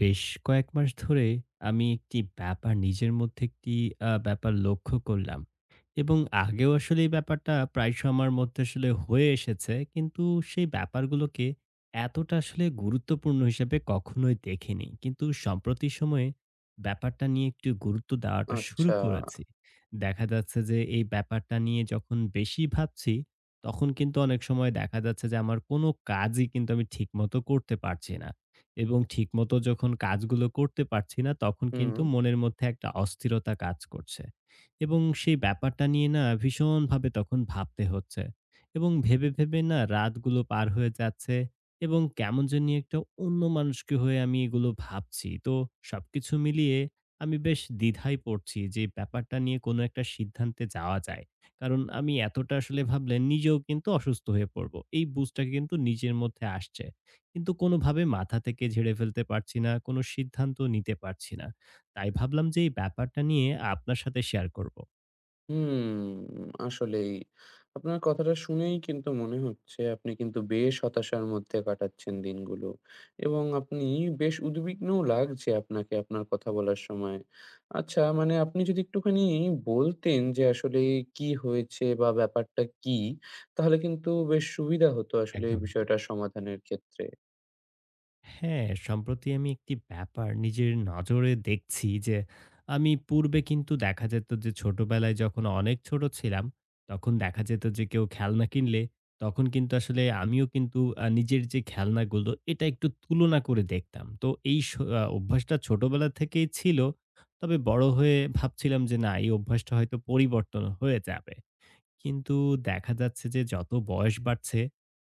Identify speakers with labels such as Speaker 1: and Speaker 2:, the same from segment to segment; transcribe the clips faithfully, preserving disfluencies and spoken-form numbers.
Speaker 1: বেশ কয়েক মাস ধরে আমি একটি ব্যাপার নিজের মধ্যে একটি আ ব্যাপার লক্ষ্য করলাম। এবং আগেও আসলে এই ব্যাপারটা প্রায়শই আমার মধ্যে আসলে হয়ে এসেছে। কিন্তু সেই ব্যাপারগুলোকে এতটা আসলে গুরুত্বপূর্ণ হিসেবে কখনোই দেখিনি। কিন্তু সম্প্রতি সময়ে ব্যাপারটা নিয়ে একটু গুরুত্ব দেওয়াটা শুরু
Speaker 2: আচ্ছা।
Speaker 1: করেছি। দেখা যাচ্ছে যে এই ব্যাপারটা নিয়ে যখন বেশি ভাবছি, তখন কিন্তু অনেক সময় দেখা যাচ্ছে যে আমার কোনো কাজই কিন্তু আমি ঠিকমতো করতে পারছি না। এবং ঠিকমতো যখন কাজগুলো করতে পারছি না, তখন
Speaker 2: হুম,
Speaker 1: কিন্তু মনের মধ্যে একটা অস্থিরতা কাজ করছে। এবং সেই ব্যাপারটা নিয়ে না ভীষণভাবে তখন ভাবতে হচ্ছে। এবং ভেবে, ভেবে না রাতগুলো পার হয়ে যাচ্ছে এবং কেমন জানি একটা অন্য মানুষকে হয়ে আমি এগুলো ভাবছি। তো সবকিছু মিলিয়ে আমি বেশ দ্বিধায় পড়ছি যে ব্যাপারটা নিয়ে কোনো একটা সিদ্ধান্তে যাওয়া যায়। কারণ আমি এতটা আসলে ভাবলে নিজেও কিন্তু অসুস্থ হয়ে পড়ব। এই বুঝটা কিন্তু নিজের মধ্যে আসছে। কিন্তু কোনোভাবে মাথা থেকে ঝেড়ে ফেলতে পারছি না, কোনো সিদ্ধান্ত নিতে পারছি না। তাই ভাবলাম যে এই ব্যাপারটা নিয়ে আপনার সাথে শেয়ার করব।
Speaker 2: হুম, আসলেই। আপনার কথাটা শুনেই কিন্তু মনে হচ্ছে আপনি কিন্তু বেশ হতাশার মধ্যে কাটাচ্ছেন দিনগুলো এবং আপনি বেশ উদ্বিগ্নও লাগছে আপনাকে আপনার কথা বলার সময়। আচ্ছা মানে আপনি যদি একটুখানি বলতেন যে আসলে কি হয়েছে বা ব্যাপারটা কি? তাহলে কিন্তু বেশ সুবিধা হতো আসলে এই
Speaker 1: একদমই। তো।
Speaker 2: বিষয়টা সমাধানের ক্ষেত্রে।
Speaker 1: হ্যাঁ, সম্প্রতি আমি একটি ব্যাপার নিজের নজরে দেখছি যে, আমি পূর্বে কিন্তু দেখা যেত যে ছোটবেলায় যখন অনেক ছোট ছিলাম, তখন দেখা যেত যে কেউ খেলনা কিনলে, তখন কিন্তু আসলে আমিও কিন্তু আ নিজের যে খেলনাগুলো, এটা একটু তুলনা করে দেখতাম। তো এই স আ অভ্যাসটা ছোটবেলা থেকেই ছিল। তবে বড় হয়ে ভাবছিলাম যে না এই অভ্যাসটা হয়তো পরিবর্তন হয়ে যাবে। কিন্তু দেখা যাচ্ছে যে যত বয়স বাড়ছে,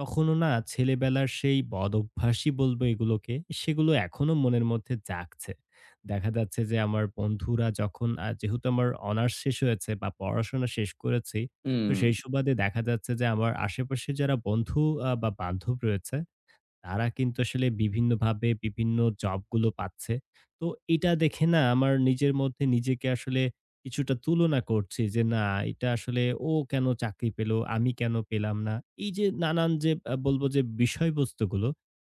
Speaker 1: তখনও না ছেলেবেলার সেই বদভ্যাসই বলবো এগুলোকে, সেগুলো এখনো মনের মধ্যে জাগছে। দেখা যাচ্ছে যে আমার বন্ধুরা যখন আ যেহেতু আমার অনার্স শেষ হয়েছে বা পড়াশোনা শেষ করেছি, তো
Speaker 2: হুম।
Speaker 1: সেই সুবাদে দেখা যাচ্ছে যে আমার আশেপাশে যারা বন্ধু আ বা বান্ধব রয়েছে তারা কিন্তু আসলে বিভিন্নভাবে বিভিন্ন জবগুলো পাচ্ছে। তো এটা দেখে না আমার নিজের মধ্যে নিজেকে আসলে কিছুটা তুলনা করছি যে, "না, এটা আসলে ও কেন চাকরি পেল? আমি কেন পেলাম না?" এই যে নানান যে আ বলবো যে বিষয়বস্তুগুলো,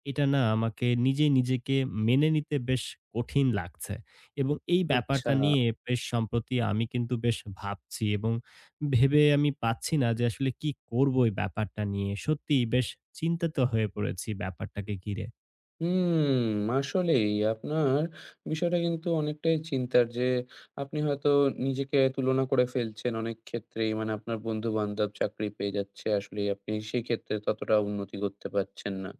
Speaker 1: এটা না আমাকে নিজে নিজেকে মেনে নিতে বেশ কঠিন লাগছে। এবং এই
Speaker 2: আচ্ছা।
Speaker 1: ব্যাপারটা নিয়ে বেশ সম্প্রতি আমি কিন্তু বেশ ভাবছি এবং ভেবে আমি পাচ্ছি না যে আসলে কি করব এই ব্যাপারটা নিয়ে। সত্যিই বেশ চিন্তিত হয়ে পড়েছি ব্যাপারটাকে ঘিরে।
Speaker 2: হুম, আসলেই আপনার বিষয়টা কিন্তু অনেকটাই চিন্তার যে আপনি হয়তো নিজেকে তুলনা করে ফেলছেন অনেক ক্ষেত্রেই। মানে আপনার বন্ধু-বান্ধব চাকরি পেয়ে যাচ্ছে। আসলেই আপনি সেই ক্ষেত্রে ততটা উন্নতি করতে পারছেন না।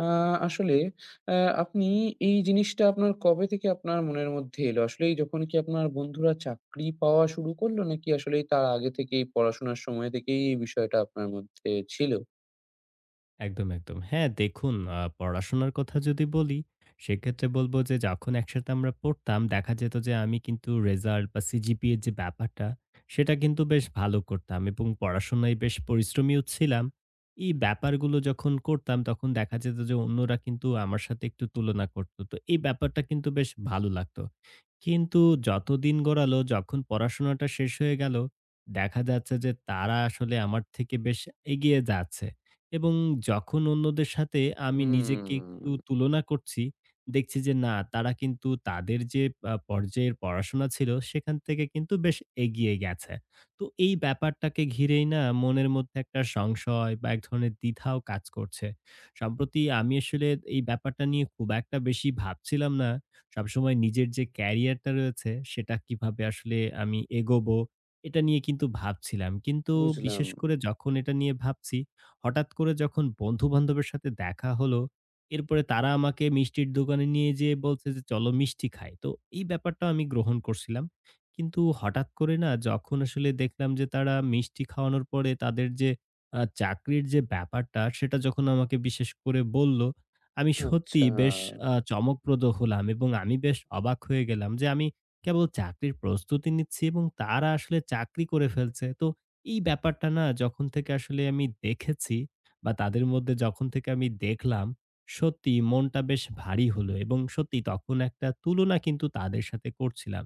Speaker 2: আ আসলে অ্যা আপনি এই জিনিসটা আপনার কবে থেকে আপনার মনের মধ্যে এলো? আসলেই যখন কি আপনার বন্ধুরা চাকরি পাওয়া শুরু করলো? নাকি আসলেই তার আগে থেকেই পড়াশোনার সময় থেকেই এই বিষয়টা আপনার মধ্যে ছিল?
Speaker 1: একদম, একদম। হ্যাঁ, দেখুন আ পড়াশোনার কথা যদি বলি, সেক্ষেত্রে বলব যে যখন একসাথে আমরা পড়তাম, দেখা যেত যে আমি কিন্তু রেজাল্ট বা সিজিপিএর যে ব্যাপারটা, সেটা কিন্তু বেশ ভালো করতাম এবং পড়াশোনায় বেশ পরিশ্রমীও ছিলাম। এই ব্যাপারগুলো যখন করতাম, তখন দেখা যেত যে অন্যরা কিন্তু আমার সাথে একটু তুলনা করত। তো এই ব্যাপারটা কিন্তু বেশ ভালো লাগতো। কিন্তু যত দিন গড়ালো, যখন পড়াশোনাটা শেষ হয়ে গেল, দেখা যাচ্ছে যে তারা আসলে আমার থেকে বেশ এগিয়ে যাচ্ছে। এবং যখন অন্যদের সাথে আমি নিজেকে
Speaker 2: হুম,
Speaker 1: একটু তুলনা করছি, দেখছি যে না তারা কিন্তু তাদের যে আ পর্যায়ের পড়াশোনা ছিল সেখান থেকে কিন্তু বেশ এগিয়ে গেছে। তো এই ব্যাপারটাকে ঘিরেই না মনের মধ্যে একটা সংশয় বা এক ধরনের দ্বিধাও কাজ করছে। সম্প্রতি আমি আসলে এই ব্যাপারটা নিয়ে খুব একটা বেশি ভাবছিলাম না। সবসময় নিজের যে ক্যারিয়ারটা রয়েছে সেটা কিভাবে আসলে আমি এগোবো এটা নিয়ে কিন্তু ভাবছিলাম। কিন্তু
Speaker 2: বুঝলাম।
Speaker 1: বিশেষ করে যখন এটা নিয়ে ভাবছি হঠাৎ করে যখন বন্ধু-বান্ধবের সাথে দেখা হলো, এরপরে তারা আমাকে মিষ্টির দোকানে নিয়ে যেয়ে বলছে যে, "চলো মিষ্টি খাই।" তো এই ব্যাপারটা আমি গ্রহণ করছিলাম। কিন্তু হঠাৎ করে না যখন আসলে দেখলাম যে তারা মিষ্টি খাওয়ানোর পরে তাদের যে আ চাকরির যে ব্যাপারটা, সেটা যখন আমাকে বিশেষ করে বলল, আমি
Speaker 2: আচ্ছা।
Speaker 1: সত্যিই বেশ আ চমকপ্রদ হলাম এবং আমি বেশ অবাক হয়ে গেলাম যে আমি কেবল চাকরির প্রস্তুতি নিচ্ছি এবং তারা আসলে চাকরি করে ফেলছে। তো এই ব্যাপারটা না যখন থেকে আসলে আমি দেখেছি বা তাদের মধ্যে যখন থেকে আমি দেখলাম, সত্যি মনটা বেশ ভারী হলো এবং সত্যি তখন একটা তুলনা কিন্তু তাদের সাথে করছিলাম।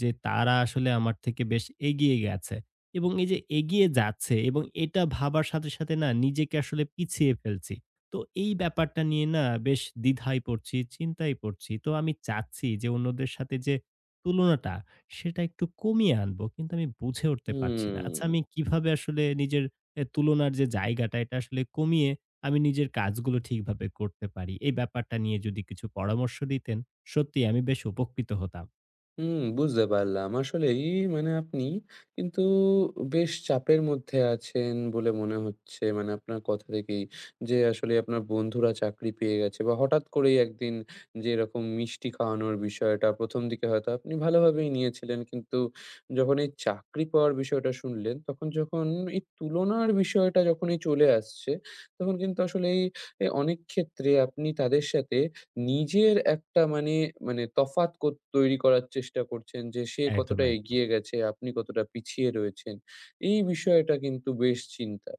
Speaker 1: যে তারা আসলে আমার থেকে বেশ এগিয়ে গেছে এবং এই যে এগিয়ে যাচ্ছে এবং এটা ভাবার সাথে, সাথে না নিজেকে আসলে পিছিয়ে ফেলছি। তো এই ব্যাপারটা নিয়ে না বেশ দ্বিধায় পড়ছি, চিন্তায় পড়ছি। তো আমি চাচ্ছি যে অন্যদের সাথে যে তুলনাটা সেটা একটু কমিয়ে আনবো। কিন্তু আমি বুঝে উঠতে পারছি না। আচ্ছা
Speaker 2: হুম,
Speaker 1: আমি কিভাবে আসলে নিজের এ তুলনার যে জায়গাটা এটা আসলে কমিয়ে আমি নিজের কাজগুলো ঠিকভাবে করতে পারি? এই ব্যাপারটা নিয়ে যদি কিছু পরামর্শ দিতেন, সত্যিই আমি বেশ উপকৃত হতাম।
Speaker 2: হুম, বুঝতে পারলাম। আসলেই মানে আপনি কিন্তু বেশ চাপের মধ্যে আছেন বলে মনে হচ্ছে। মানে আপনার কথা থেকেই যে আসলে আপনার বন্ধুরা চাকরি পেয়ে গেছে বা হঠাৎ করেই একদিন যে এরকম মিষ্টি খাওয়ানোর বিষয়টা প্রথম দিকে হয়তো আপনি ভালোভাবেই নিয়েছিলেন। কিন্তু যখন এই চাকরি পাওয়ার বিষয়টা শুনলেন, তখন যখন এই তুলনার বিষয়টা যখনই চলে আসছে, তখন কিন্তু আসলেই এ অনেক ক্ষেত্রে আপনি তাদের সাথে নিজের একটা মানে, মানে তফাৎ কর তৈরি করার চেষ্টা করছেন যে সে
Speaker 1: একদম,
Speaker 2: কতটা
Speaker 1: একদম।
Speaker 2: এগিয়ে গেছে, আপনি কতটা পিছিয়ে রয়েছেন। এই বিষয়টা কিন্তু বেশ চিন্তার।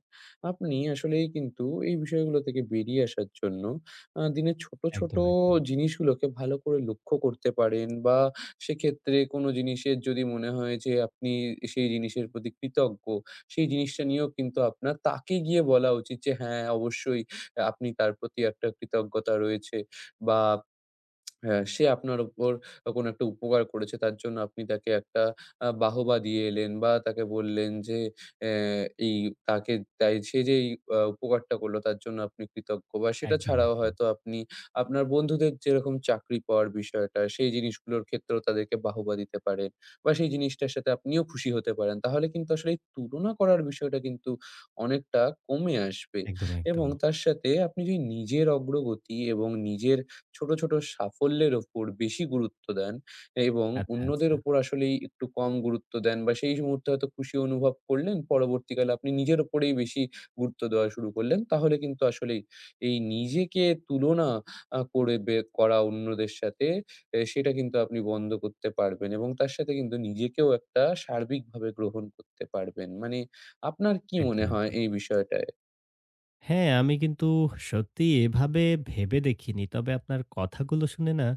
Speaker 2: আপনি আসলেই কিন্তু এই বিষয়গুলো থেকে বেরিয়ে আসার জন্য আ দিনের ছোট, ছোট
Speaker 1: একদম, একদম।
Speaker 2: জিনিসগুলোকে ভালো করে লক্ষ্য করতে পারেন বা সেক্ষেত্রে কোনো জিনিসের যদি মনে হয় যে আপনি সেই জিনিসের প্রতি কৃতজ্ঞ, সেই জিনিসটা নিয়েও কিন্তু আপনার তাকে গিয়ে বলা উচিত যে হ্যাঁ, অবশ্যই আপনি তার প্রতি একটা কৃতজ্ঞতা রয়েছে। বা হ্যাঁ, সে আপনার উপর কোনো একটা উপকার করেছে তার জন্য আপনি তাকে একটা আ বাহবা দিয়ে এলেন বা তাকে বললেন যে অ্যা এই তাকে তাই সে যে এই আ উপকারটা করলো তার জন্য আপনি কৃতজ্ঞ বা সেটা
Speaker 1: একদম,
Speaker 2: ছাড়াও
Speaker 1: একদম।
Speaker 2: হয়তো আপনি আপনার বন্ধুদের যেরকম চাকরি পাওয়ার বিষয়টা সেই জিনিসগুলোর ক্ষেত্রেও তাদেরকে বাহবা দিতে পারেন বা সেই জিনিসটার সাথে আপনিও খুশি হতে পারেন। তাহলে কিন্তু আসলে এই তুলনা করার বিষয়টা কিন্তু অনেকটা কমে আসবে
Speaker 1: একদম,
Speaker 2: এবং
Speaker 1: একদম।
Speaker 2: তার সাথে আপনি যদি নিজের অগ্রগতি এবং নিজের ছোট, ছোট সাফল্যের ওপর বেশি গুরুত্ব দেন এবং
Speaker 1: আচ্ছা,
Speaker 2: অন্যদের
Speaker 1: আচ্ছা।
Speaker 2: ওপর আসলেই একটু কম গুরুত্ব দেন বা সেই মুহূর্তে হয়তো খুশি অনুভব করলেন, পরবর্তীকালে আপনি নিজের ওপরেই বেশি গুরুত্ব দেওয়া শুরু করলেন। তাহলে কিন্তু আসলেই এই নিজেকে তুলনা আ করে বে করা অন্যদের সাথে এ সেটা কিন্তু আপনি বন্ধ করতে পারবেন এবং তার সাথে কিন্তু নিজেকেও একটা সার্বিকভাবে গ্রহণ করতে পারবেন। মানে আপনার কি
Speaker 1: একদম,
Speaker 2: মনে হয়
Speaker 1: একদম।
Speaker 2: এই বিষয়টায়?
Speaker 1: হ্যাঁ, আমি কিন্তু সত্যিই এভাবে ভেবে দেখিনি। তবে আপনার কথাগুলো শুনে না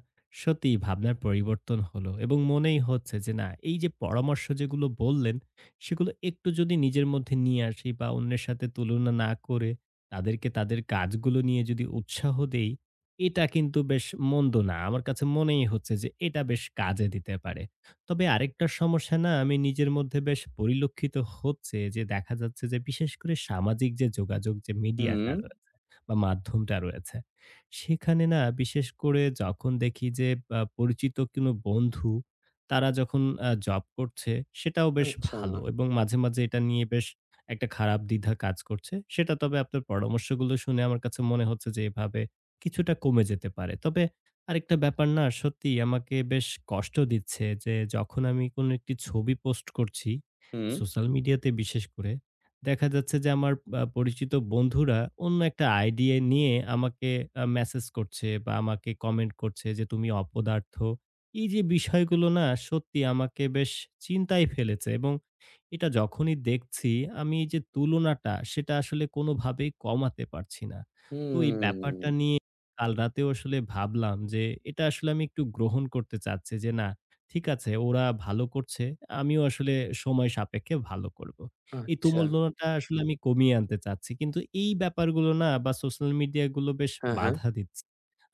Speaker 1: সত্যিই ভাবনার পরিবর্তন হলো এবং মনেই হচ্ছে যে না এই যে পরামর্শ যেগুলো বললেন, সেগুলো একটু যদি নিজের মধ্যে নিয়ে আসি বা অন্যের সাথে তুলনা না করে তাদেরকে তাদের কাজগুলো নিয়ে যদি উৎসাহ দেই, এটা কিন্তু বেশ মন্দ না। আমার কাছে মনেই হচ্ছে যে এটা বেশ কাজে দিতে পারে। তবে আরেকটা সমস্যা না আমি নিজের মধ্যে বেশ পরিলক্ষিত হচ্ছে যে দেখা যাচ্ছে যে বিশেষ করে সামাজিক যে যোগাযোগ যে
Speaker 2: হুম,
Speaker 1: মিডিয়াটা রয়েছে বা মাধ্যমটা রয়েছে সেখানে না বিশেষ করে যখন দেখি যে আ পরিচিত কোনো বন্ধু তারা যখন আ জব করছে সেটাও বেশ
Speaker 2: আচ্ছা।
Speaker 1: ভালো এবং মাঝে, মাঝে এটা নিয়ে বেশ একটা খারাপ দ্বিধা কাজ করছে। সেটা তবে আপনার পরামর্শগুলো শুনে আমার কাছে মনে হচ্ছে যে এভাবে কিছুটা কমে যেতে পারে। তবে আরেকটা ব্যাপার না সত্যিই আমাকে বেশ কষ্ট দিচ্ছে যে যখন আমি কোনো একটি ছবি পোস্ট করছি
Speaker 2: হুম,
Speaker 1: সোশ্যাল মিডিয়াতে বিশেষ করে দেখা যাচ্ছে যে আমার আ পরিচিত বন্ধুরা অন্য একটা আইডিয়া নিয়ে আমাকে আ মেসেজ করছে বা আমাকে কমেন্ট করছে যে তুমি অপদার্থ। এই যে বিষয়গুলো না সত্যি আমাকে বেশ চিন্তায় ফেলেছে এবং এটা যখনই দেখছি আমি এই যে তুলনাটা সেটা আসলে কোনোভাবেই কমাতে পারছি না। তো এই ব্যাপারটা
Speaker 2: হুম,
Speaker 1: নিয়ে কাল রাতেও আসলে ভাবলাম যে এটা আসলে আমি একটু গ্রহণ করতে চাচ্ছি যে না ঠিক আছে ওরা ভালো করছে, আমিও আসলে সময় সাপেক্ষে ভালো করব। এই
Speaker 2: আচ্ছা।
Speaker 1: তুমুলনাটা আসলে আমি কমিয়ে আনতে চাচ্ছি। কিন্তু এই ব্যাপারগুলো না বা সোশ্যাল মিডিয়া গুলো বেশ
Speaker 2: হ্যাঁ, হ্যাঁ।
Speaker 1: বাধা দিচ্ছে।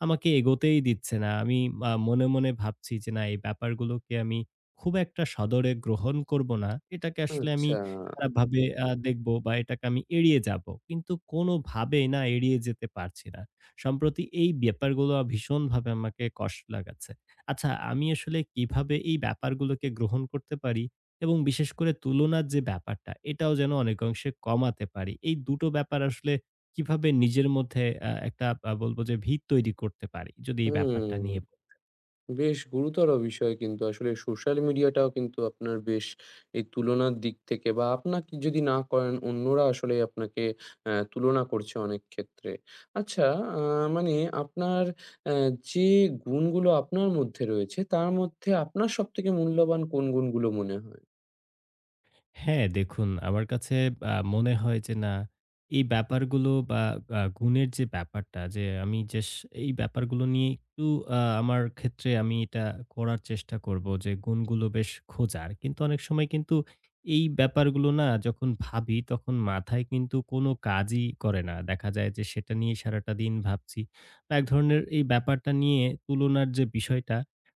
Speaker 1: আমাকে এগোতেই দিচ্ছে না। আমি আ মনে, মনে ভাবছি যে না এই ব্যাপারগুলোকে আমি খুব একটা সাদরে গ্রহণ করব না। এটাকে আসলে আমি
Speaker 2: আচ্ছা।
Speaker 1: খারাপভাবে আ দেখব বা এটাকে আমি এড়িয়ে যাব। কিন্তু কোনোভাবেই না এড়িয়ে যেতে পারছি না। সম্প্রতি এই ব্যাপারগুলো ভীষণভাবে আমাকে কষ্ট লাগাচ্ছে। আচ্ছা আমি আসলে কিভাবে এই ব্যাপারগুলোকে গ্রহণ করতে পারি এবং বিশেষ করে তুলনার যে ব্যাপারটা এটাও যেন অনেক অংশে কমাতে পারি। এই দুটো ব্যাপার আসলে কিভাবে নিজের মধ্যে আ একটা আ বলব যে ভিত তৈরি করতে পারি। যদি এই ব্যাপারটা
Speaker 2: হুম,
Speaker 1: নিয়ে
Speaker 2: বেশ গুরুতর বিষয় কিন্তু আসলে সোশ্যাল মিডিয়াটাও কিন্তু আপনার বেশ এই তুলনার দিক থেকে বা আপনাকে যদি না করেন অন্যরা আসলে আপনাকে আ তুলনা করছে অনেক ক্ষেত্রে। আচ্ছা আ মানে আপনার অ্যা যে গুণগুলো আপনার মধ্যে রয়েছে তার মধ্যে আপনার সবথেকে মূল্যবান কোন গুণগুলো মনে হয়?
Speaker 1: হ্যাঁ, দেখুন আমার কাছে আ মনে হয় যে না, এই ব্যাপারগুলো বা আ গুণের যে ব্যাপারটা যে আমি যেস এই ব্যাপারগুলো নিয়ে একটু আ আমার ক্ষেত্রে আমি এটা করার চেষ্টা করব যে গুণগুলো বেশ খোঁজার। কিন্তু অনেক সময় কিন্তু এই ব্যাপারগুলো না যখন ভাবি তখন মাথায় কিন্তু কোনো কাজই করে না। দেখা যায় যে সেটা নিয়ে সারাটা দিন ভাবছি। বা এক ধরনের এই ব্যাপারটা নিয়ে তুলনার যে বিষয়টা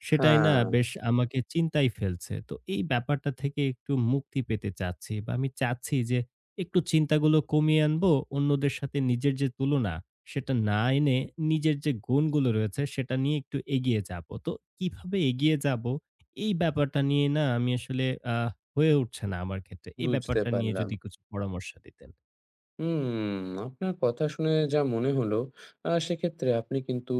Speaker 1: সেটাই না
Speaker 2: হ্যাঁ,
Speaker 1: বেশ আমাকে চিন্তায় ফেলছে। তো এই ব্যাপারটা থেকে একটু মুক্তি পেতে চাচ্ছি বা আমি চাচ্ছি যে একটু চিন্তাগুলো কমিয়ে আনবো। অন্যদের সাথে নিজের যে তুলনা, সেটা না এনে নিজের যে গুণগুলো রয়েছে সেটা নিয়ে একটু এগিয়ে যাবো। তো কিভাবে এগিয়ে যাবো এই ব্যাপারটা নিয়ে না আমি আসলে আহ হয়ে উঠছে না আমার ক্ষেত্রে। এই
Speaker 2: বুঝতে
Speaker 1: ব্যাপারটা নিয়ে
Speaker 2: পারলাম।
Speaker 1: যদি কিছু পরামর্শ দিতেন।
Speaker 2: হুম, আপনার কথা শুনে যা মনে হলো, আ সেক্ষেত্রে আপনি কিন্তু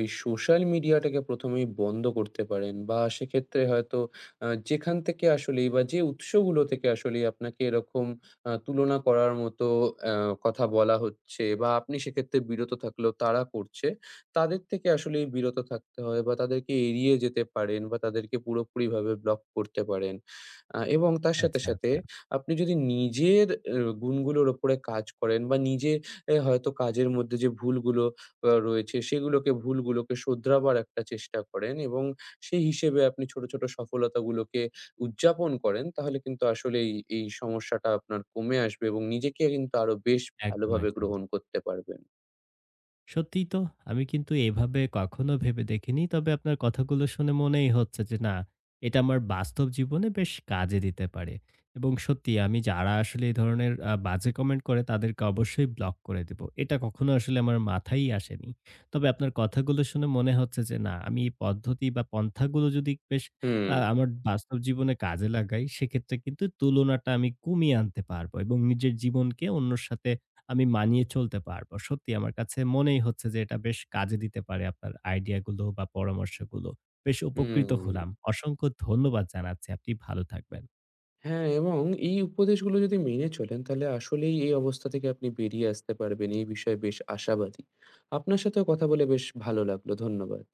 Speaker 2: এই সোশ্যাল মিডিয়াটাকে প্রথম এই বন্ধ করতে পারেন বা সেক্ষেত্রে হয়তো আ যেখান থেকে আসলেই বা যে উৎসগুলো থেকে আসলেই আপনাকে এরকম আ তুলনা করার মতো অ্যা কথা বলা হচ্ছে বা আপনি সেক্ষেত্রে বিরত থাকলেও তারা করছে, তাদের থেকে আসলেই বিরত থাকতে হয় বা তাদেরকে এড়িয়ে যেতে পারেন বা তাদেরকে পুরোপুরিভাবে ব্লক করতে পারেন। আ এবং তার সাথে,
Speaker 1: আচ্ছা,
Speaker 2: সাথে
Speaker 1: আচ্ছা।
Speaker 2: আপনি যদি নিজের অ্যা গুণগুলোর উপরে কাজ করেন বা নিজে এ হয়তো কাজের মধ্যে যে ভুলগুলো আ রয়েছে সেগুলোকে ভুলগুলোকে শোধরাবার একটা চেষ্টা করেন এবং সেই হিসেবে আপনি ছোট, ছোট সফলতাগুলোকে উদযাপন করেন তাহলে কিন্তু আসলেই এই এই সমস্যাটা আপনার কমে আসবে এবং নিজেকে কিন্তু আরো বেশ
Speaker 1: একদম,
Speaker 2: ভালোভাবে
Speaker 1: একদম।
Speaker 2: গ্রহণ করতে পারবেন।
Speaker 1: সত্যিই তো আমি কিন্তু এভাবে কখনো ভেবে দেখিনি। তবে আপনার কথাগুলো শুনে মনেই হচ্ছে যে না, এটা আমার বাস্তব জীবনে বেশ কাজে দিতে পারে। এবং সত্যি আমি যারা আসলে এই ধরনের আ বাজে কমেন্ট করে তাদেরকে অবশ্যই ব্লক করে দিব। এটা কখনো আসলে আমার মাথায়ই আসেনি। তবে আপনার কথাগুলো শুনে মনে হচ্ছে যে না, আমি এই পদ্ধতি বা পন্থাগুলো যদি বেশ
Speaker 2: হুম,
Speaker 1: আ আমার বাস্তব জীবনে কাজে লাগাই সেক্ষেত্রে কিন্তু তুলনাটা আমি কমিয়ে আনতে পারবো এবং নিজের জীবনকে অন্যর সাথে আমি মানিয়ে চলতে পারবো। সত্যি আমার কাছে মনেই হচ্ছে যে এটা বেশ কাজে দিতে পারে আপনার আইডিয়া গুলো বা পরামর্শগুলো। বেশ উপকৃত হলাম।
Speaker 2: হুম।
Speaker 1: অসংখ্য ধন্যবাদ জানাচ্ছি। আপনি ভালো থাকবেন।
Speaker 2: হ্যাঁ, এবং এই উপদেশগুলো যদি মেনে চলেন তাহলে আসলেই এই অবস্থা থেকে আপনি বেরিয়ে আসতে পারবেন। এই বিষয়ে বেশ আশাবাদী। আপনার সাথেও কথা বলে বেশ ভালো লাগলো। ধন্যবাদ।